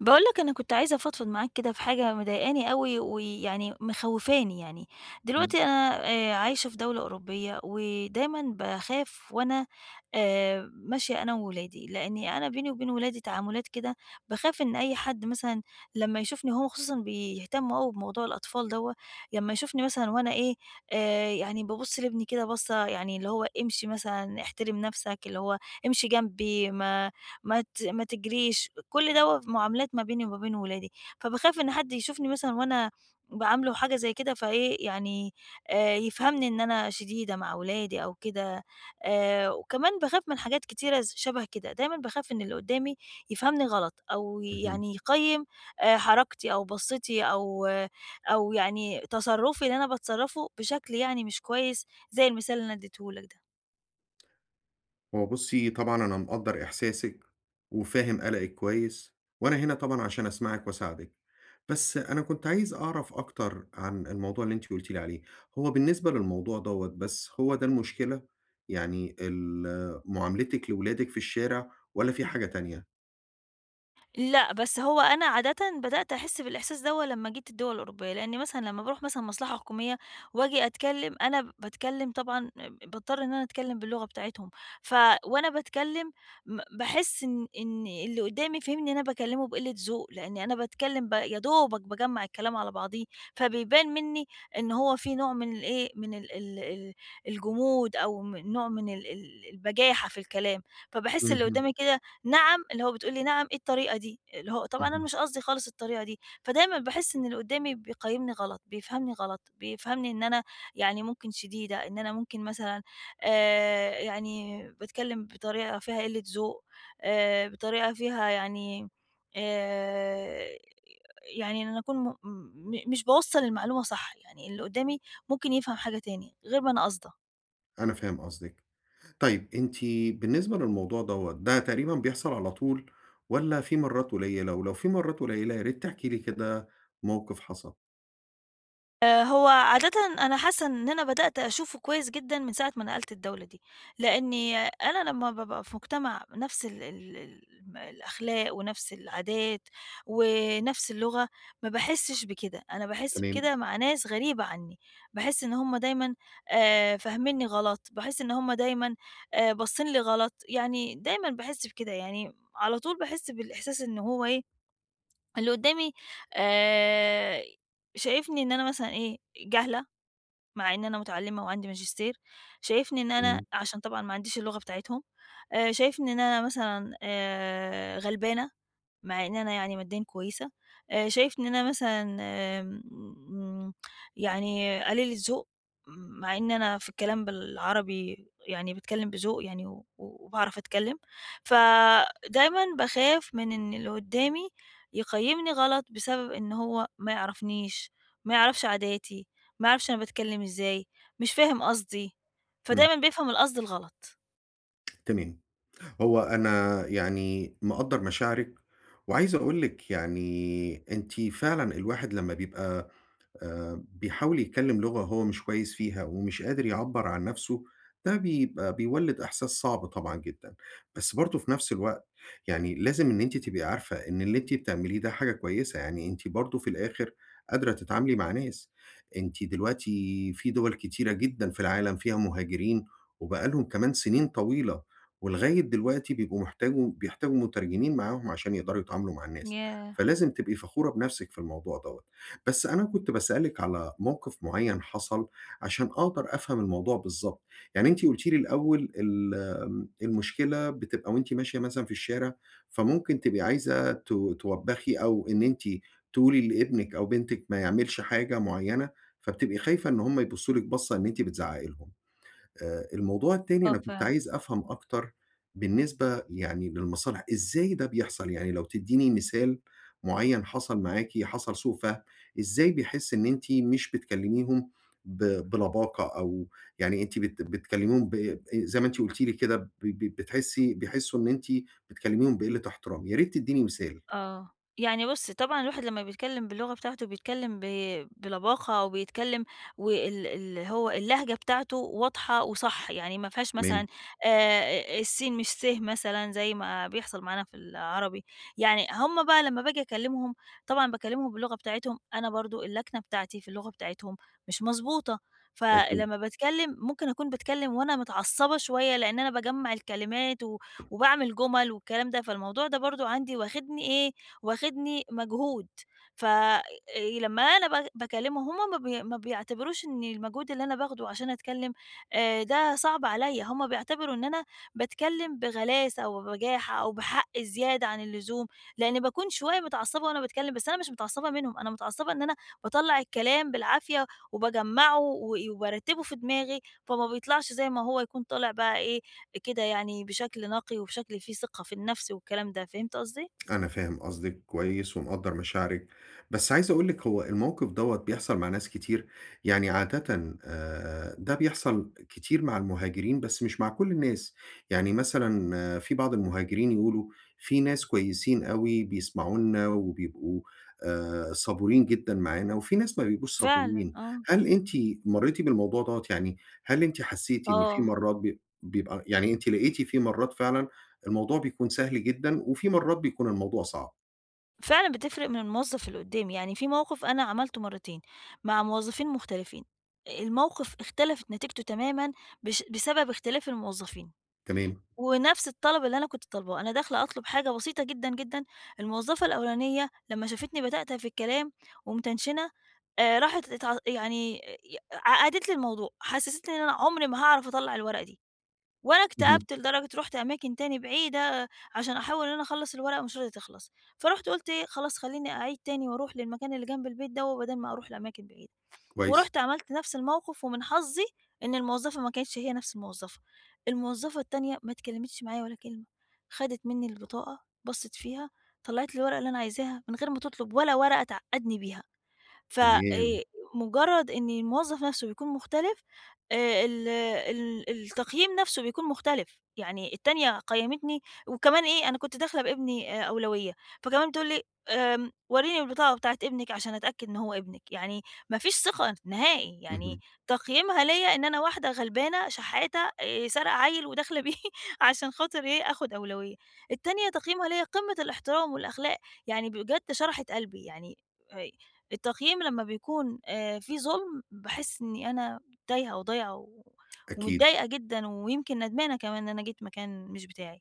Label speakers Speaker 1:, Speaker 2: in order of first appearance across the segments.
Speaker 1: باقول لك أنا كنت عايزة أفضفض معاك كده في حاجة مضايقاني أوي، ويعني مخوّفاني يعني.
Speaker 2: إمم،
Speaker 1: دلوقتي أنا عايشة في دولة أوروبية، ودايمًا باخاف وأنا ماشية أنا وولادي، لإني أنا بيني وبين ولادي تعاملات كده، باخاف إن أي حد مثلًا لمّا يشوفني هو خصوصًا بيهتموا أوي بموضوع الأطفال دوّة، لمّا يشوفني مثلًا وأنا إيه، يعني بابُص لابني كده بصّة يعني اللي هو امشي مثلًا، احترم نَفْسك، اللي هو امشي جنبي، ما تجريش، كل دوّة معاملات ما بيني وما بين ولادي، فباخاف إن حد يشوفني مثلًا وأنا باعامله حاجة زي كده فإيه، يعني يفهمني إن أنا شديدة مع ولادي أو كده، وكمان باخاف من حاجات كتيرة شبه كده، دايمًا باخاف إن اللي قدّامي يفهمني غلط أو
Speaker 2: اهم.
Speaker 1: يعني يقيّم حركتي أو بصّتي أو أو يعني تصرُّفي اللي أنا باتصرّفه بشكل يعني مش كويس زي المثال اللي أنا ادّيته لك ده.
Speaker 2: هو بُصّي، طبعًا أنا مقدّر إحساسِك وفاهم قلقِك كويس، وأنا هنا طبعًا عشان أسمعِك وأساعدِك. بس أنا كنت عايز أعرف أكتر عن الموضوع اللي أنتِ قُلتِ لي عليه. هو بالنسبة للموضوع دوّة بس، هو ده المشكلة؟ يعني معاملتِك لولادِك في الشارع والّا في حاجة تانية؟
Speaker 1: لأ، بس هو أنا عادةً بدأت أحس بالإحساس دوّة لمّا جيت الدول الأوروبية، لإني مثلًا لمّا باروح مثلًا مصلحة حكومية وآجي أتكلم، أنا باتكلم طبعًا باضطر إن أنا أتكلم باللغة بتاعتهم، ف وأنا باتكلم باحس إن اللي قدامي فهمني إن أنا باكلمه بقلة ذوق، لإني أنا باتكلم يا دوبك باجمّع الكلام على بعضيه، فبيبان مني إن هو في نوع من الإيه، من ال ال ال الجمود أو من نوع من ال ال البجاحة في الكلام، فباحس اللي
Speaker 2: اهم،
Speaker 1: قدامي كده نعم، اللي هو بتقول لي: "نعم، إيه الطريقة دي؟" اللي هو طبعًا أنا
Speaker 2: اهم.
Speaker 1: مش قصدي خالص الطريقة دي، فدايمًا باحس إن اللي قدّامي بيقيّمني غلط، بيفهمني غلط، بيفهمني إن أنا يعني ممكن شديدة، إن أنا ممكن مثلًا يعني باتكلّم بطريقة فيها قِلّة ذوق، بطريقة فيها يعني آآ يعني إن أنا أكون م م مش باوصّل المعلومة صح، يعني اللي قدّامي ممكن يفهم حاجة تاني غير ما أنا قاصدة.
Speaker 2: أنا فاهم قصدِك. طيب أنتِ بالنسبة للموضوع دوّة، ده تقريبًا بيحصل على طول والّا في مرّات قليّلة؟ ولو في مرّات قليّلة، يا ريت تحكي لي كده موقِف حصل.
Speaker 1: هو عادةً أنا حاسة إن أنا بدأت أشوفه كويس جدًا من ساعة ما نقلت الدولة دي، لإني أنا لمّا بابقى في مجتمع نفس ال ال ال الأخلاق ونفس العادات ونفس اللغة، ما باحسش بكده، أنا باحس
Speaker 2: تمام،
Speaker 1: بكده مع ناس غريبة عني، باحس إن هُم دايمًا فاهمينّي غلط، باحس إن هُم دايمًا باصين لي غلط، يعني دايمًا باحس بكده، يعني على طول باحس بالإحساس إن هو إيه، اللي قدّامي آآ شايفني إن أنا مثلًا إيه، جاهلة، مع إن أنا متعلّمة وعندي ماجستير، شايفني إن أنا
Speaker 2: إمم،
Speaker 1: عشان طبعًا ما عنديش اللغة بتاعتهم، شايفني إن أنا مثلًا غلبانة، مع إن أنا يعني ماديًا كويسة، شايف إن أنا مثلًا آمم يعني قليل الذوق، مع إن أنا في الكلام بالعربي يعني باتكلم بذوق يعني و وباعرف أتكلم، فدايمًا باخاف من إن اللي قدّامي يقيّمني غلط بسبب إن هو ما يعرفنيش، ما يعرفش عاداتي، ما يعرفش أنا باتكلم إزاي، مش فاهم قصدي،
Speaker 2: إمم،
Speaker 1: فدايمًا بيفهم القصد الغلط.
Speaker 2: تمام. هو أنا يعني مقدّر مشاعرِك، وعايز أقول لِك يعني أنتِ فعلًا الواحد لمّا بيبقى بيحاول يتكلّم لغة هو مش كويس فيها ومش قادر يعبّر عن نَفْسه، ده بيبقى بيولِّد إحساس صعب طبعًا جدًا. بس برضه في نَفْس الوقت يعني لازم إن أنتِ تبقي عارفة إن اللي أنتِ بتعمليه ده حاجة كويسة، يعني أنتِ برضه في الآخِر قادرة تتعاملي مع ناس. أنتِ دلوقتي في دُوَل كتيرة جدًا في العالم فيها مهاجرين وبقى لهم كمان سِنين طويلة ولغاية دلوقتي بيبقوا بيحتاجوا مُترجمين معاهم عشان يقدروا يتعاملوا مع الناس،
Speaker 1: ياه!
Speaker 2: فلازم تبقي فخورة بنَفْسِك في الموضوع دوّة. بس أنا كنت باسألِك على موقف معيّن حصل عشان أقدر أفهم الموضوع بالضبط. يعني أنتِ قُلتِ لي الأول آمم، المشكلة بتبقى وأنتِ ماشية مثلًا في الشارع، فممكن تبقي عايزة توبّخي أو إن أنتِ تقولي لابنِك أو بنتِك ما يعملش حاجة معيّنة، فبتبقي خايفة إن هم يبُصّوا لِك بَصّة إن أنتِ بتزعّقي لهم. الموضوع التاني
Speaker 1: آه
Speaker 2: أنا
Speaker 1: ف
Speaker 2: كنت عايز أفهم أكتر بالنسبة يعني للمصالح، إزاي ده بيحصل؟ يعني لو تدّيني مثال معيّن حصل معاكِ، حصل سوء فَهم، إزاي بيحس إن أنتِ مش بتكلميهم ب بلباقة أو يعني أنتِ بتكلميهم ب زي ما أنتِ قُلتِ لي كده ب ب بتحسي بيحسوا إن أنتِ بتكلميهم بقِلّة احترام، يا ريت تدّيني مثال.
Speaker 1: آه، يعني بُص طبعًا الواحد لمّا بيتكلم باللغة بتاعته بيتكلم بلباقة أو بيتكلم اللي هو اللهجة بتاعته واضحة وصح، يعني ما فيهاش
Speaker 2: تمام،
Speaker 1: مثلًا السين مش س مثلًا زي ما بيحصل معانا في العربي، يعني هُم بقى لمّا باجي أكلمهم طبعًا باكلمهم باللغة بتاعتهم، أنا برضه اللكنة بتاعتي في اللغة بتاعتهم مش مضبوطة،
Speaker 2: أكيد.
Speaker 1: فلمّا باتكلم ممكن أكون باتكلم وأنا متعصبة شوية لإن أنا باجمّع الكلمات و وباعمل جُمَل والكلام ده، فالموضوع ده برضه عندي واخدني إيه، واخدني مجهود، ف لمّا أنا باكلّمهم هُم ما بيعتبروش إن المجهود اللي أنا باخده عشان أتكلّم ده صعب عليّا، هُم بيعتبروا إن أنا باتكلّم بغلاسة أو ببجاحة أو بحق زيادة عن اللزوم، لإني باكون شوية متعصّبة وأنا باتكلّم، بس أنا مش متعصّبة منهم، أنا متعصّبة إن أنا باطلّع الكلام بالعافية وباجمّعه و وبارتّبه في دماغي، فما بيطلعش زي ما هو يكون طالع بقى إيه، كده يعني بشكل نقي وبشكل فيه ثقة في النفس والكلام ده، فهمت قصدي؟
Speaker 2: أنا فاهم قصدِك كويس ومقدّر مشاعرِك، بس عايز أقول لِك هو الموقف دوّة بيحصل مع ناس كتير، يعني عادةً ده بيحصل كتير مع المهاجرين بس مش مع كل الناس، يعني مثلًا آه، في بعض المهاجرين يقولوا في ناس كويسين أوي بيسمعونا وبيبقوا صبورين جدًا معانا وفي ناس ما بيبقوش
Speaker 1: فعلًا
Speaker 2: صبورين،
Speaker 1: آه،
Speaker 2: هل أنتِ مرّيتِ بالموضوع دوّة؟ يعني هل أنتِ حسّيتِ إن في
Speaker 1: آه،
Speaker 2: مرّات بيبقى يعني أنتِ لقيتِ في مرّات فعلًا الموضوع بيكون سهل جدًا، وفي مرّات بيكون الموضوع صعب،
Speaker 1: فعلًا بتفرق من الموظف اللي قدّامي، يعني في موقف أنا عملته مرّتين مع موظفين مختلفين، الموقف اختلفت نتيجته تمامًا بسبب اختلاف الموظفين،
Speaker 2: تمام،
Speaker 1: ونفس الطلب اللي أنا كنت طالباه، أنا داخلة أطلب حاجة بسيطة جدًا، جدًا، الموظفة الأولانية لمّا شافتني باتأتأة في الكلام ومتنشنة راحت يعني عقدت لي الموضوع، حسستني إن أنا عمري ما هاعرف أطلّع الورقة دي. وأنا
Speaker 2: اهم،
Speaker 1: اكتأبت لدرجة رُحت أماكن تاني بعيدة عشان أحاول إن أنا أخلّص الورقة ومش راضية تخلص، فرُحت قُلت إيه، خلاص خلّيني أعيد تاني وأروح للمكان اللي جنب البيت دوّة بدل ما أروح لأماكن بعيدة،
Speaker 2: كويس،
Speaker 1: ورُحت عملت نفس الموقف ومن حظي إن الموظفة ما كانتش هي نفس الموظفة، الموظفة التانية ما اتكلمتش معايا ولا كلمة، خدت منّي البطاقة، بصّت فيها، طلّعت لي الورقة اللي أنا عايزاها من غير ما تطلب ولا ورقة تعقّدني بيها. ف
Speaker 2: تمام،
Speaker 1: مجرّد إن الموظّف نَفْسه بيكون مختلف، ال ال التقييم نَفْسه بيكون مختلف، يعني التانية قيّمتني وكمان إيه، أنا كنت داخلة بابني أولوية، فكمان بتقول لي ورّيني البطاقة بتاعة ابنِك عشان أتأكد إن هو ابنِك، يعني ما فيش ثقة نهائي، يعني
Speaker 2: اهم،
Speaker 1: تقييمها ليّا إن أنا واحدة غلبانة شحاتة سارقة عيّل وداخلة بيه عشان خاطر إيه، آخُد أولوية. التانية تقييمها ليّا قمّة الاحترام والأخلاق، يعني بجد شرحت قلبي، يعني آآ التقييم لمّا بيكون في ظُلم، باحس إنّي أنا تايهة وضايعة و
Speaker 2: أكيد.
Speaker 1: ومتضايقة جدًا ويمكن ندمانة كمان إن أنا جيت مكان مش بتاعي.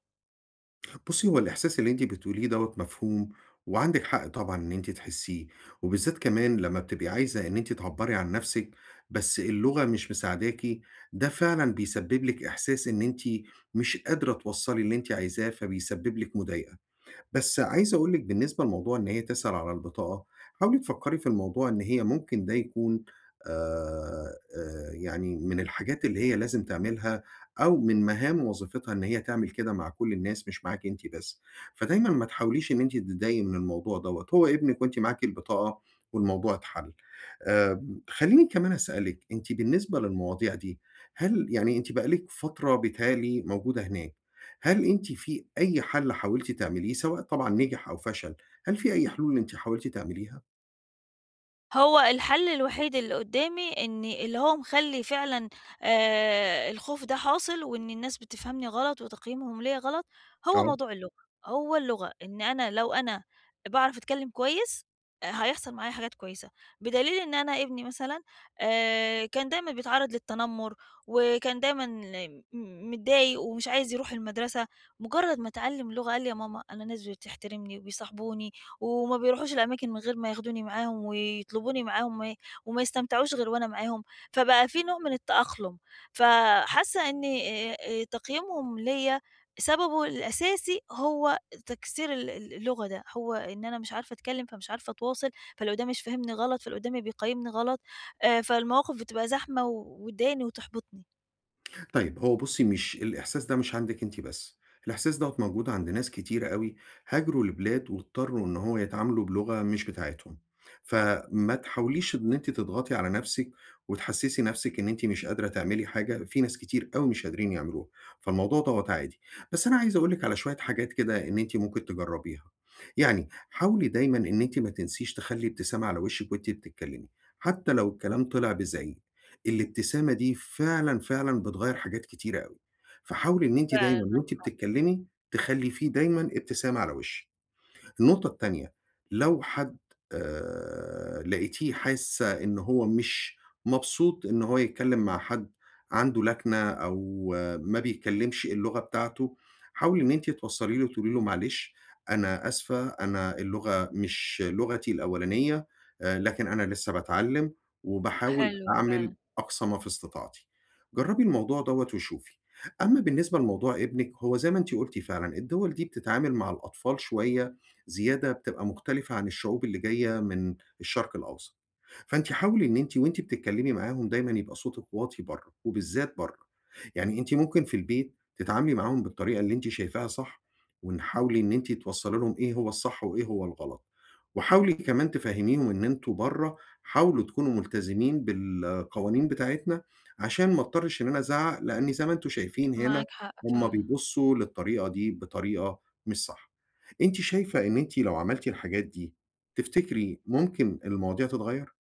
Speaker 2: بُصّي، هو الإحساس اللي أنتِ بتقوليه دوّة مفهوم، وعندِك حق طبعًا إن أنتِ تحسّيه، وبالذات كمان لمّا بتبقي عايزة إن أنتِ تعبّري عن نَفْسِك، بس اللغة مش مساعداكِ، ده فعلًا بيسبّب لِك إحساس إن أنتِ مش قادرة توصّلي اللي أنتِ عايزاه، فبيسبّب لِك مضايقة. بس عايز أقول لِك بالنسبة لموضوع إن هي تسأل على البطاقة، حاولي تفكّري في الموضوع إن هي ممكن ده يكون آآ يعني من الحاجات اللي هي لازم تعملها أو من مهام وظيفتها إن هي تعمل كده مع كل الناس مش معاكِ أنتِ بس، فدايمًا ما تحاوليش إن أنتِ تتضايقي من الموضوع دوّة، هو ابنِك وأنتِ معاكِ البطاقة والموضوع اتحل. آمم، خلّيني كمان أسألِك، أنتِ بالنسبة للمواضيع دي، هل يعني أنتِ بقى لِك فترة بيتهيأ لي موجودة هناك، هل أنتِ في أي حل حاولتِ تعمليه، سواء طبعًا نجح أو فشل، هل في أي حلول أنتِ حاولتِ تعمليها؟
Speaker 1: هو الحل الوحيد اللي قدّامي إني اللي هو مخلّي فعلًا الخوف ده حاصل وإن الناس بتفهمني غلط وتقييمهم ليّا غلط، هو
Speaker 2: آه.
Speaker 1: موضوع اللغة، هو اللغة، إن أنا لو أنا باعرف أتكلّم كويس آه، هيحصل معايا حاجات كويسة، بدليل إن أنا ابني مثلًا كان دايمًا بيتعرّض للتنمُّر وكان دايمًا متضايق ومش عايز يروح المدرسة، مجرّد ما اتعلّم لغة قال لي: "يا ماما أنا ناس بتحترمني وبيصاحبوني." وما بيروحوش الأماكن من غير ما ياخدوني معاهم ويطلبوني معاهم وما يستمتعوش غير وأنا معاهم، فبقى في نوع من التأقلم، فحاسة إن تقييمهم ليّا سببه الأساسي هو تكسير ال ال اللغة ده، هو إن أنا مش عارفة أتكلم، فمش عارفة أتواصل، فاللي قدامي مش فاهمني غلط، فاللي قدامي بيقيمني غلط، فالمواقف بتبقى زحمة و وتضايقني وتحبطني.
Speaker 2: طيب هو بُصّي مش الإحساس ده مش عندِك أنتِ بس، الإحساس دوّة موجود عند ناس كتيرة أوي هاجروا لبلاد واضطروا إن هو يتعاملوا بلغة مش بتاعتهم، فما تحاوليش إن أنتِ تضغطي على نَفْسِك وتحسّسي نَفْسِك إن أنتِ مش قادرة تعملي حاجة، في ناس كتير أوي مش قادرين يعملوها، فالموضوع دوّة عادي. بس أنا عايز أقول لِك على شوية حاجات كده إن أنتِ ممكن تجرّبيها، يعني حاولي دايمًا إن أنتِ ما تنسيش تخلّي ابتسامة على وشِّك وأنتِ بتتكلمي، حتى لو الكلام طلع بزعيق، الابتسامة دي فعلًا، فعلًا بتغيّر حاجات كتيرة أوي، فحاولي إن أنتِ دايمًا وأنتِ بتتكلمي تخلّي في دايمًا ابتسامة على وشِّك. النقطة التانية، لو حد لقيتيه حاسة إن هو مش مبسوط إن هو يتكلّم مع حد عنده لكنة أو آه، ما بيتكلّمش اللغة بتاعته، حاولي إن أنتِ توصّلي له تقولي له: "معلش، أنا آسفة، أنا اللغة مش لغتي الأولانية، لكن أنا لسّه باتعلّم وباحاول
Speaker 1: حلو
Speaker 2: أعمل
Speaker 1: فعلًا،
Speaker 2: أقصى ما في استطاعتي." جرّبي الموضوع دوّة وشوفي. أمّا بالنسبة لموضوع ابنِك، هو زي ما أنتِ قُلتِ فعلًا، الدول دي بتتعامل مع الأطفال شوية زيادة بتبقى مختلفة عن الشعوب اللي جاية من الشرق الأوسط. فأنتِ حاولي إن أنتِ وأنتِ بتتكلمي معاهم دايمًا يبقى صوتِك واطي برّه، وبالذات برّه. يعني أنتِ ممكن في البيت تتعاملي معاهم بالطريقة اللي أنتِ شايفاها صح، وإن حاولي إن أنتِ توصّلي لهم إيه هو الصح وإيه هو الغلط. وحاولي كمان تفهّميهم إن أنتم برّه حاولوا تكونوا ملتزمين بالقوانين بتاعتنا، عشان ما اضطرش إن أنا أزعّق، لإن زي ما أنتم شايفين هنا
Speaker 1: معاك حق
Speaker 2: هم
Speaker 1: فعلًا.
Speaker 2: بيبصوا للطريقة دي بطريقة مش صح. أنتِ شايفة إن أنتِ لو عملتِ الحاجات دي، تفتكري ممكن المواضيع تتغيّر؟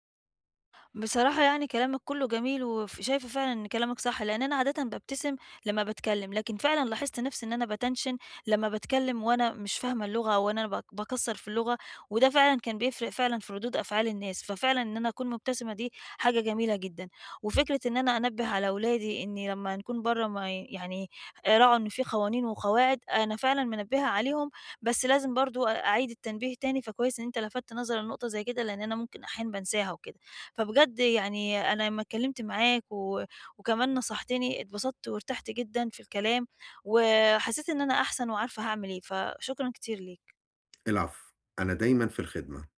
Speaker 1: بصراحة يعني كلامك كله جميل وف شايفة فعلًا إن كلامك صح، لإن أنا عادةً بابتسم لمّا باتكلم، لكن فعلًا لاحظت نفسي إن أنا باتنشن لمّا باتكلم وأنا مش فاهمة اللغة أو أنا باكسّر في اللغة، وده فعلًا كان بيفرق فعلًا في ردود أفعال الناس، ففعلًا إن أنا أكون مبتسمة دي حاجة جميلة جدًا، وفكرة إن أنا أنبّه على ولادي إني لمّا نكون برّه ما ي يعني راعوا إن في قوانين وقواعد، أنا فعلًا منبّهة عليهم، بس لازم برضه أعيد التنبيه تاني، فكويس إن أنت لفتت نظري لنقطة زي كده، لإن أنا ممكن أحيانًا بانساها وكده. فبجد يعني أنا لمّا اتكلمت معاك و وكمان نصحتني، اتبسطت وارتحت جدًا في الكلام، وحسيت إن أنا أحسن وعارفة هاعمل إيه، فشكرًا كتير ليك.
Speaker 2: العفو، أنا دايمًا في الخدمة.